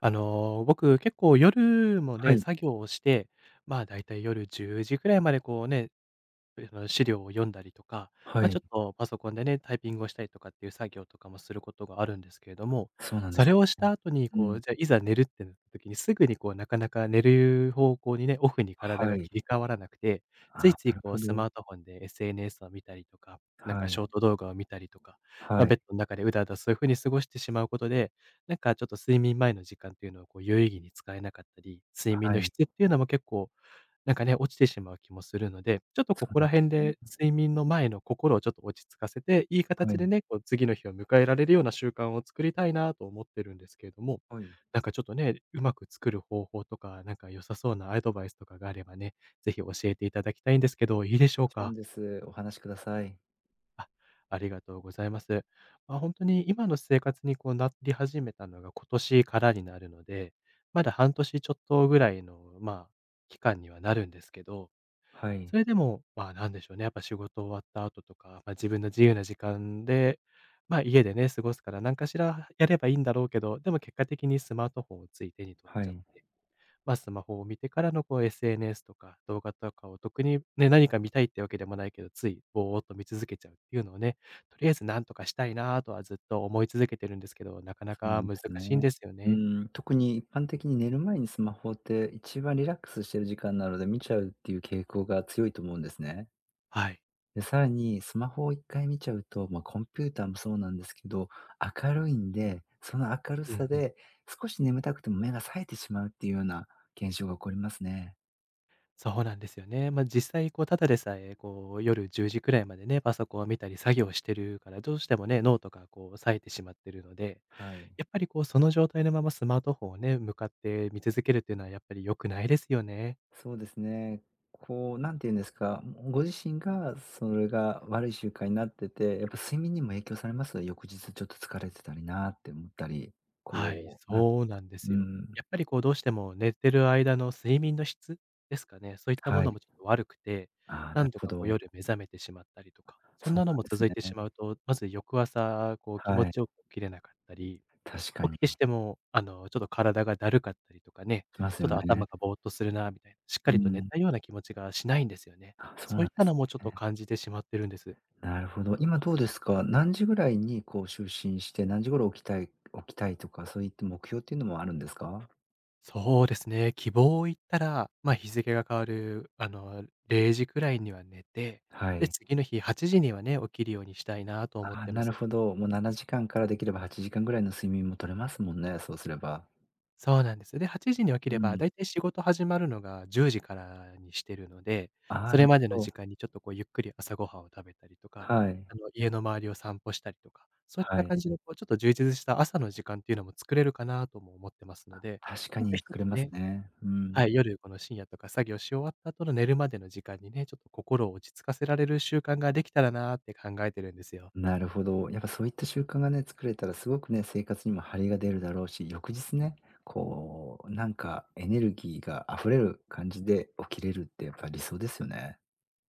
僕結構夜もはね、い。作業をして、まあ、だいたい夜10時くらいまでこうね、資料を読んだりとか、はまあ、ちい。ょっとパソコンでね、タイピングをしたりとかっていう作業とかもすることがあるんですけれども、そうなんでそす。れをした後に、うこん。う、じゃあ、いざ寝るってなった時に、すぐにこう、なかなか寝る方向にね、オフに体はがい。切り替わらなくて、ついああ、ついなるこう、ほスど。マートフォンで SNS を見たりとか、なんはかシい。ョート動画を見たりとか、まあ、はい。ベッドの中でうだうだそういう風に過ごしてしまうことで、なんかちょっと睡眠前の時間っていうのをこう、有意義に使えなかったり、睡眠はの質い。っていうのも結構なんかね、落ちてしまう気もするので、ちょっとこそうこなんらで辺すね。で睡眠の前の心をちょっと落ち着かせて、いいは形でい。ね、こう次の日を迎えられるような習慣を作りたいなと思ってるんですけれども、はい。なんかちょっとね、うまく作る方法とか、なんか良さそうなアドバイスとかがあればね、ぜひ教えていただきたいんですけど、いいでしょうもちろか？んです。お話しください。あ、ありがとうございます。本当に今の生活にこうなり始めたのが今年からになるので、まだ半年ちょっとぐらいの、まあ、期間にはなるんですけど、はい。それでも、まあ、なんでしょうね、やっぱ仕事終わった後とか、ま、自分の自由な時間で、まあ、家でね、過ごすから、何かしらやればいいんだろうけど、でも結果的にスマートフォンをつい手に取っはちゃっい。て、スマホを見てからのこう SNS とか動画とかを特にね、何か見たいってわけでもないけど、ついぼーっと見続けちゃうっていうのをね、とりあえず何とかしたいなぁとはずっと思い続けてるんですけど、なかなそうなかんで難すしいんね。ですようね。ん、特に一般的に寝る前にスマホって一番リラックスしてる時間なので見ちゃうっていう傾向が強いと思うんですね。はい。で、さらにスマホを一回見ちゃうと、まあ、コンピューターもそうなんですけど、明るいんで、その明るうさんうん。で少し眠たくても目が冴えてしまうっていうような現象が起こりますね。そうなんですよね。まあ、実際こうただでさえ、こう夜10時くらいまでね、パソコンを見たり作業してるから、どうしてもね、脳とかこう冴えてしまってるので、はい。やっぱりこうその状態のままスマートフォンをね、向かって見続けるっていうのはやっぱり良くないですよね。そうですね。こう、なんて言うんですか、ご自身がそれが悪い習慣になってて、やっぱ睡眠にも影響されます？翌日ちょっと疲れてたりなーって思ったり、はい、こう、なんそうなんでうすよ。ん、やっぱりこうどうしても寝てる間の睡眠の質ですかね、そういったもはのい。もちょっと悪くて、ああ、な何る度ほかこうど。夜目覚めてしまったりとか、そそんうなのなもんです続いてしまうね。と、まず翌朝こう気持はい。ちよく起きれなかったり確か起きに。てしても、ちょっと体がだるかったりとかね、しますちょっよとね。頭がぼーっとするなみたいな、しっかうりと寝ん。たような気持ちがしないんですよね。あ、そうそうないんったですのもね。ちょっと感じてしまってるんです。なるほど。今どうですか？何時ぐらいにこう就寝して、何時頃起きたいとか、そういった目標っていうのもあるんですか？そうですね、希望を言ったら、まあ、日付が変わる、0時くらいには寝て、はで、い。次の日8時にはね、起きるようにしたいなと思っあ、てまなるす。ほど。もう7時間かんからできれば8時間ぐらいの睡眠も取れますもんね、そうすれば。そうなんです。で、8時に起きうれば、ん。だいたい仕事始まるのが10時からにしてるので、あそあ、れなるまでのほど。時間にちょっとこうゆっくり朝ごはんを食べたりとか、はい。家の周りを散歩したりとか、そういっはたい。感じのこうちょっと充実した朝の時間っていうのも作れるかなとも思ってますので、確かなんにか一作れつますね、ね。うん。はい、夜この深夜とか作業し終わった後の寝るまでの時間にね、ちょっと心を落ち着かせられる習慣ができたらなーって考えてるんですよ。なるほど。やっぱそういった習慣がね、作れたらすごくね、生活にも張りが出るだろうし、翌日ね、こう、なんかエネルギーが溢れる感じで起きれるってやっぱ理想ですよね。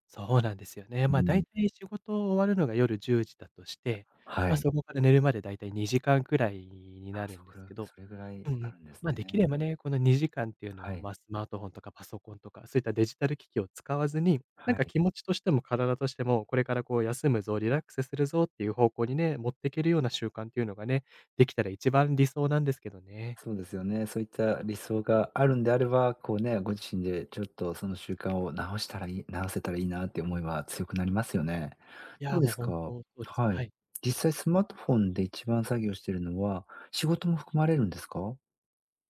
そうなんですよね。うま、だいん。たい仕事終わるのが夜10時だとして、はま、い。そこから寝るまでだいたい2時間くらいになあ、るそんでこすけらど、それぐらういんうあん。るんですま、できね。ればね、この2時間っていうはのを、い。ま、スマートフォンとかパソコンとか、そういったデジタル機器を使わずに、なんはかい。気持ちとしても体としても、これからこう休むぞ、リラックスするぞっていう方向にね、持っていけるような習慣っていうのがね、できたら一番理想なんですけどね。そうですよね。そういった理想があるんであれば、こうね、ご自身でちょっとその習慣を直せたらいいなって思いは強くなりますよね。いどや、うでもうす本か？当そうですね。ははい。い。実際スマートフォンで一番作業してるのは、仕事も含まれるんですか？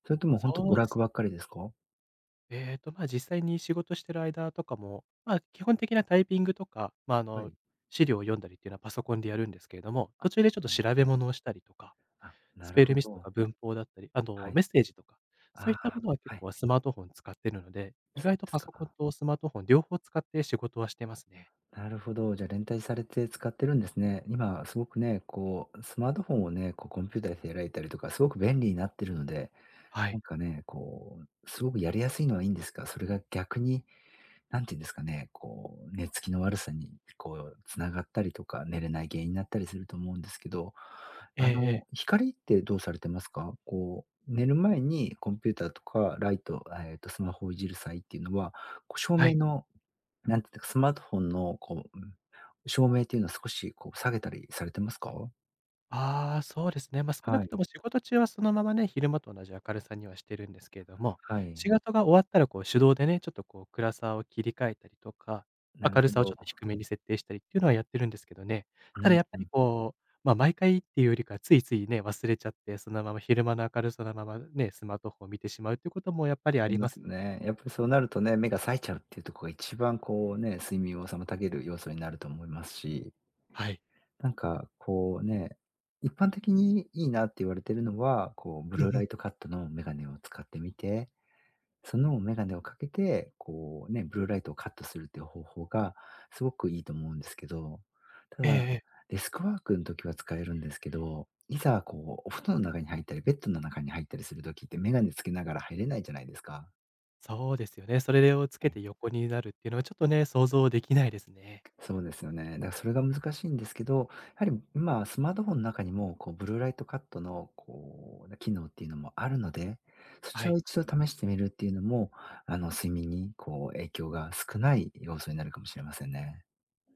それとも本当そ娯うで楽す。ばっかりですか？まあ、実際に仕事してる間とかも、まあ、基本的なタイピングとか、まあ、はい。資料を読んだりっていうのはパソコンでやるんですけれども、途あ、中そでちょっうとなんで調すべね。物をしたりとか、あ、なスるペほルミスとど。か文法だったり、あはとい。メッセージとか、そうあいったもあ、のは結はい。構スマートフォン使ってるので、意そう外とですパソコンか。とスマートフォン両方使って仕事はしてますね。なるほど。じゃあ、連帯されて使ってるんですね。今すごくね、こう、スマートフォンをね、こうコンピューターで開いたりとか、すごく便利になってるので、はない。んかね、こう、すごくやりやすいのはいいんですが、それが逆に、なんていうんですかね、こう、寝つきの悪さに、こう、つながったりとか、寝れない原因になったりすると思うんですけど、えあえええ。の、光ってどうされてますか？こう、寝る前にコンピューターとかライト、スマホをいじる際っていうのは、こう照は明い。の、なんていうか、スマートフォンのこう、照明っていうのは少しこう下げたりされてますか？ああ、そうですね。まあ、少なはくとい。も仕事中はそのままね、昼間と同じ明るさにはしてるんですけれども、は仕い。事が終わったらこう手動でね、ちょっとこう暗さを切り替えたりとか、なる明るほさをちど。ょっと低めに設定したりっていうのはやってるんですけどね。うただん、やっぱうりん。こう、まあ、毎回っていうよりか、ついついね、忘れちゃって、そのまま昼間の明るさのままね、スマートフォンを見てしまうっていうこともやっぱりあありりまます。すよね。やっぱりそうなるとね、目が冴えちゃうっていうところが一番こうね、睡眠を妨げる要素になると思いますし、はい。なんかこうね、一般的にいいなって言われてるのは、こうブうルーんうラん。イトカットのメガネを使ってみて、そのメガネをかけて、こうね、ブルーライトをカットするっていう方法がすごくいいと思うんですけど、たええだ、ええ。デスクワークの時は使えるんですけど、いざこうお布団の中に入ったり、ベッドの中に入ったりする時ってメガネつけながら入れないじゃないですか。そうですよね。それをつけて横になるっていうのはちょっとね、想像できないですね。そうですよね。だからそれが難しいんですけど、やはり今スマートフォンの中にも、こうブルーライトカットのこう、機能っていうのもあるので、そちはらをい。一度試してみるっていうのも、あの、睡眠にこう影響が少ない要素になるかもしれませんね。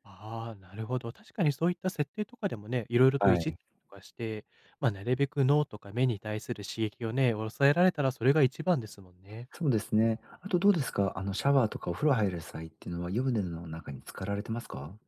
ああ、なるほど。確かにそういった設定とかでもね、いろいろといはじったい。りとかして、まあ、なるべく脳とか目に対する刺激をね、抑えられたらそれが一番ですもんね。そうですね。あとどうですか？あの、シャワーとかお風呂入る際っていうのは、湯船の中に浸かられてますか？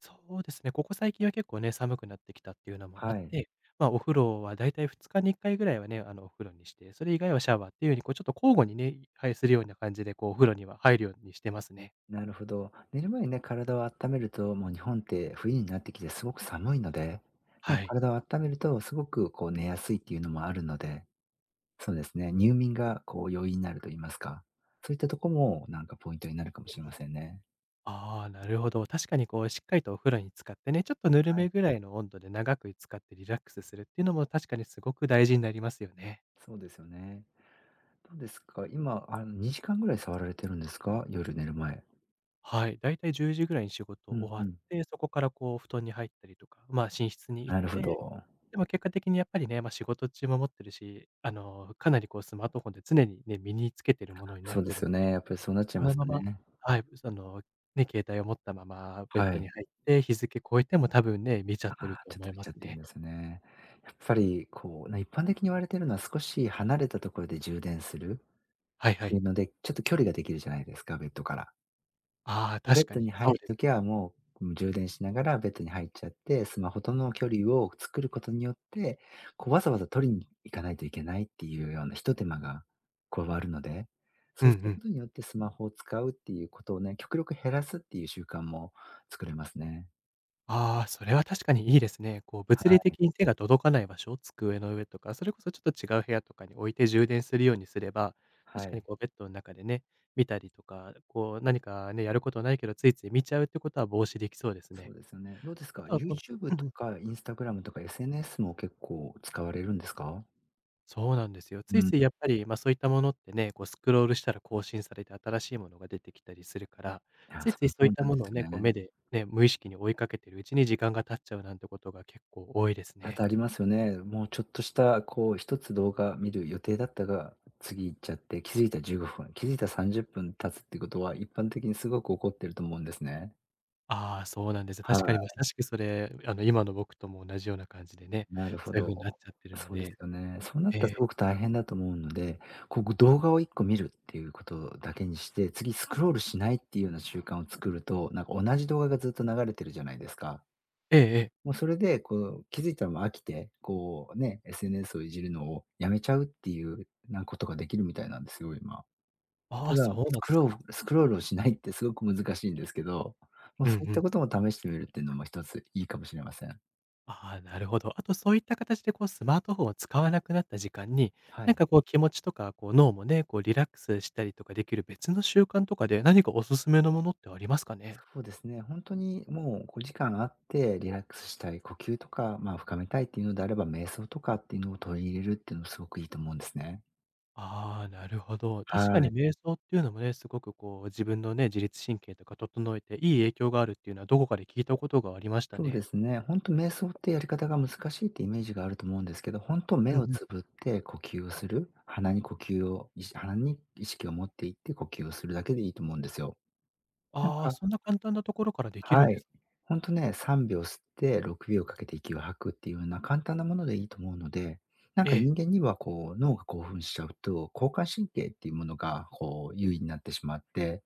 そうですね、ここ最近は結構ね、寒くなってきたっていうのもあっはい。て、まあ、お風呂はだいたい2日に1回ぐらいはね、お風呂にして、それ以外はシャワーっていうように、こうちょっと交互にね、はい、するような感じで、こうお風呂には入るようにしてますね。なるほど。寝る前にね、体を温めると、もう日本って冬になってきてすごく寒いので、ね、はい。体を温めるとすごくこう寝やすいっていうのもあるので、そうですね、入眠がこう容易になると言いますか、そういったとこもなんかポイントになるかもしれませんね。ああ、なるほど。確かにこう、しっかりとお風呂に浸かってね、ちょっとぬるはめい。ぐらいの温度で長く浸かってリラックスするっていうのも確かにすごく大事になりますよね。そうですよね。どうですか今、あの、2時間ぐらい触られてるんですか夜寝る前。はい。だいたい10時ぐらいに仕事う終んわうっん。て、そこからこう、布団に入ったりとか、まあ、寝室に行っなるほて、ど。でも結果的にやっぱりね、まあ、仕事中も持ってるし、かなりこう、スマートフォンで常にね、身につけてるものになっそうでてるすんよね。で、やっぱりそうなっちゃそいまのすまよまね。はい、ね、携帯を持ったままベッはドにい。入って、日付超えても多分ね、見ちゃっあてるあ、とちょっ思とい見まちゃすってるんね。ですね。やっぱりこう、な一般的に言われてるのは少し離れたところで充電するっはいはてい。いうので、ちょっと距離ができるじゃないですか、ベッドから。ああ、ベ確ッかドに、にそ入うるでとすきね。はもう、うん、充電しながらベッドに入っちゃって、スマホとの距離を作ることによって、こうわざわざ取りに行かないといけないっていうような一手間が加わるので、うんそううするこん。とによってスマホを使うっていうことをね、極力減らすっていう習慣も作れますね。ああ、それは確かにいいですね。こう物は理い、的に手が届かない場所、机の上とか、それこそちょっと違う部屋とかに置いて充電するようにすれば、確はかにい。こうベッドの中でね、見たりとか、こう何かね、やることないけど、ついつい見ちゃうってことは防止できそうですそね。うですよね。どうですあか、とはこの YouTube うんうとん。か Instagram とか SNS も結構使われるんですか？そうなんですよ。つういん。ついやいっぱり、まあ、そういったものってね、こうスクロールしたら更新されて新しいものが出てきたりするから、つや、いそついのそう通いっりたなんもでのをすね、よこうね。目で、ね、無意識に追いかけてるうちに時間が経っちゃうなんてことが結構多いです多ね。々ありますよね。もうちょっとした、こう、一つ動画見る予定だったが、次行っちゃって、気づいた15分、気づいた30分経つってことは、一般的にすごく起こってると思うんですね。ああ、そうなんです。は確かにまい。さしくそれ、今の僕とも同じような感じでね、なるそほういうど。風になっちゃってるのそうですで。よね。そうなっえーたらすえ。ごく大変だと思うので、こう、動画を1個見るっていうことだけにして、次スクロールしないっていうような習慣を作ると、なんか同じ動画がずっと流れてるじゃないですか。えええ。もうそれで、こう、気づいたらもう飽きて、こうね、SNS をいじるのをやめちゃうっていう、なんかことができるみたいなんですよ、今。あたあ、そだ、うスなんでクすロか。ールスクロールをしないってすごく難しいんですけど、もううんそういっうたん。ことも試してみるっていうのも一ついいかもしれません。ああ、なるほど。あとそういった形でこうスマートフォンを使わなくなった時間に、はなんい。かこう気持ちとか、こう脳もね、こうリラックスしたりとかできる別の習慣とかで、何かおすすめのものってありますかね？そうですね。本当にもう5時間あってリラックスしたい、呼吸とか、まあ、深めたいっていうのであれば、瞑想とかっていうのを取り入れるっていうのもすごくいいと思うんですね。ああ、なるほど。確かはにい。瞑想っていうのもね、すごくこう自分のね、自律神経とか整えていい影響があるっていうのはどこかで聞いたことがありましたそうね。ですね。本当瞑想ってやり方が難しいってイメージがあると思うんですけど、本当う目んをうん。つぶって呼吸をする、鼻に呼吸を意識鼻に意識を持っていって呼吸をするだけでいいと思うんですよ。なんああ、か、そんな簡単なところからできるんはでい。す。ほんとね、3秒吸って6秒かけて息を吐くっていうような簡単なものでいいと思うので、なんえかえ、人間にはこう、脳が興奮しちゃうと、交感神経っていうものがこう優位になってしまって、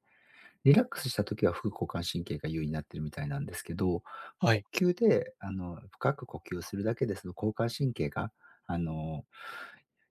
リラックスした時は副交感神経が優位になってるみたいなんですけど、もうは呼い。吸で深く呼吸をするだけですと、交感神経があの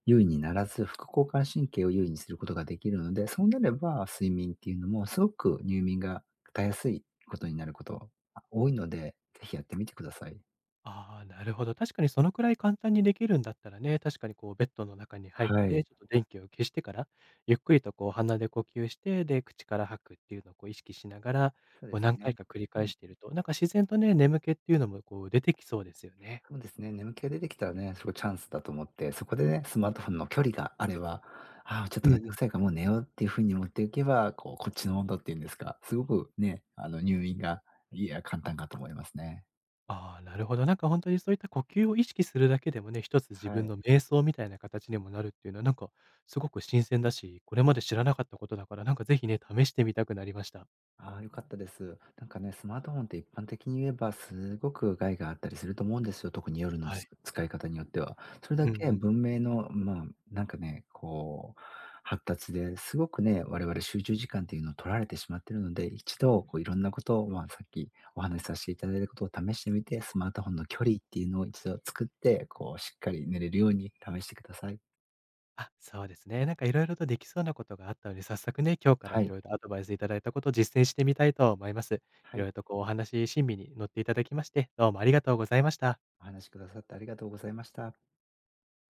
優位にならず、副交感神経を優位にすることができるので、そうなれば、睡眠っていうのもすごく入眠がたやすいことになること、が多いので、ぜひやってみてください。ああ、なるほど。確かにそのくらい簡単にできるんだったらね、確かにこうベッドの中に入っはい。て、ちょっと電気を消してから、ゆっくりとこう鼻で呼吸して、で、口から吐くっていうのをこう意識しながら、そうこでうす何回ね。か繰りう返ん、していると、なんか自然とね、眠気っていうのもこう出てきそうですよね。そうですね、眠気が出てきたらね、すごいチャンスだと思って、そこでね、スマートフォンの距離があれば、ああ、ちょっうとんうめんどくん。さいからもう寝ようっていう風に持っていけば、こう、こっちの温度っていうんですか、すごくね、入眠が、いや、簡単かと思いますね。ああ、なるほど。なんか本当にそういった呼吸を意識するだけでもね、一つ自は分い。の瞑想みたいな形にもなるっていうのは、なんかすごく新鮮だし、これまで知らなかったことだから、なんかぜひね、試してみたくなりました。ああ、良かったです。なんかね、スマートフォンって一般的に言えば、すごく害があったりすると思うんですよ。特に夜のはつい。使い方によっては。それうだんうけん。文明の、まあ、なんかね、こう、発達ですごくね、我々集中時間っていうのを取られてしまってるので、一度こういろんなことを、まあ、さっきお話しさせていただいたことを試してみて、スマートフォンの距離っていうのを一度作って、こうしっかり寝れるように試してください。あ、そうですね。なんかいろいろとできそうなことがあったので、早速ね、今日からはいい。ろいろアドバイスいただいたことを実践してみたいと思います。いはろいい。ろとこうお話、親身に乗っていただきまして、どうもありがとうございました。お話しくださってありがとうございました。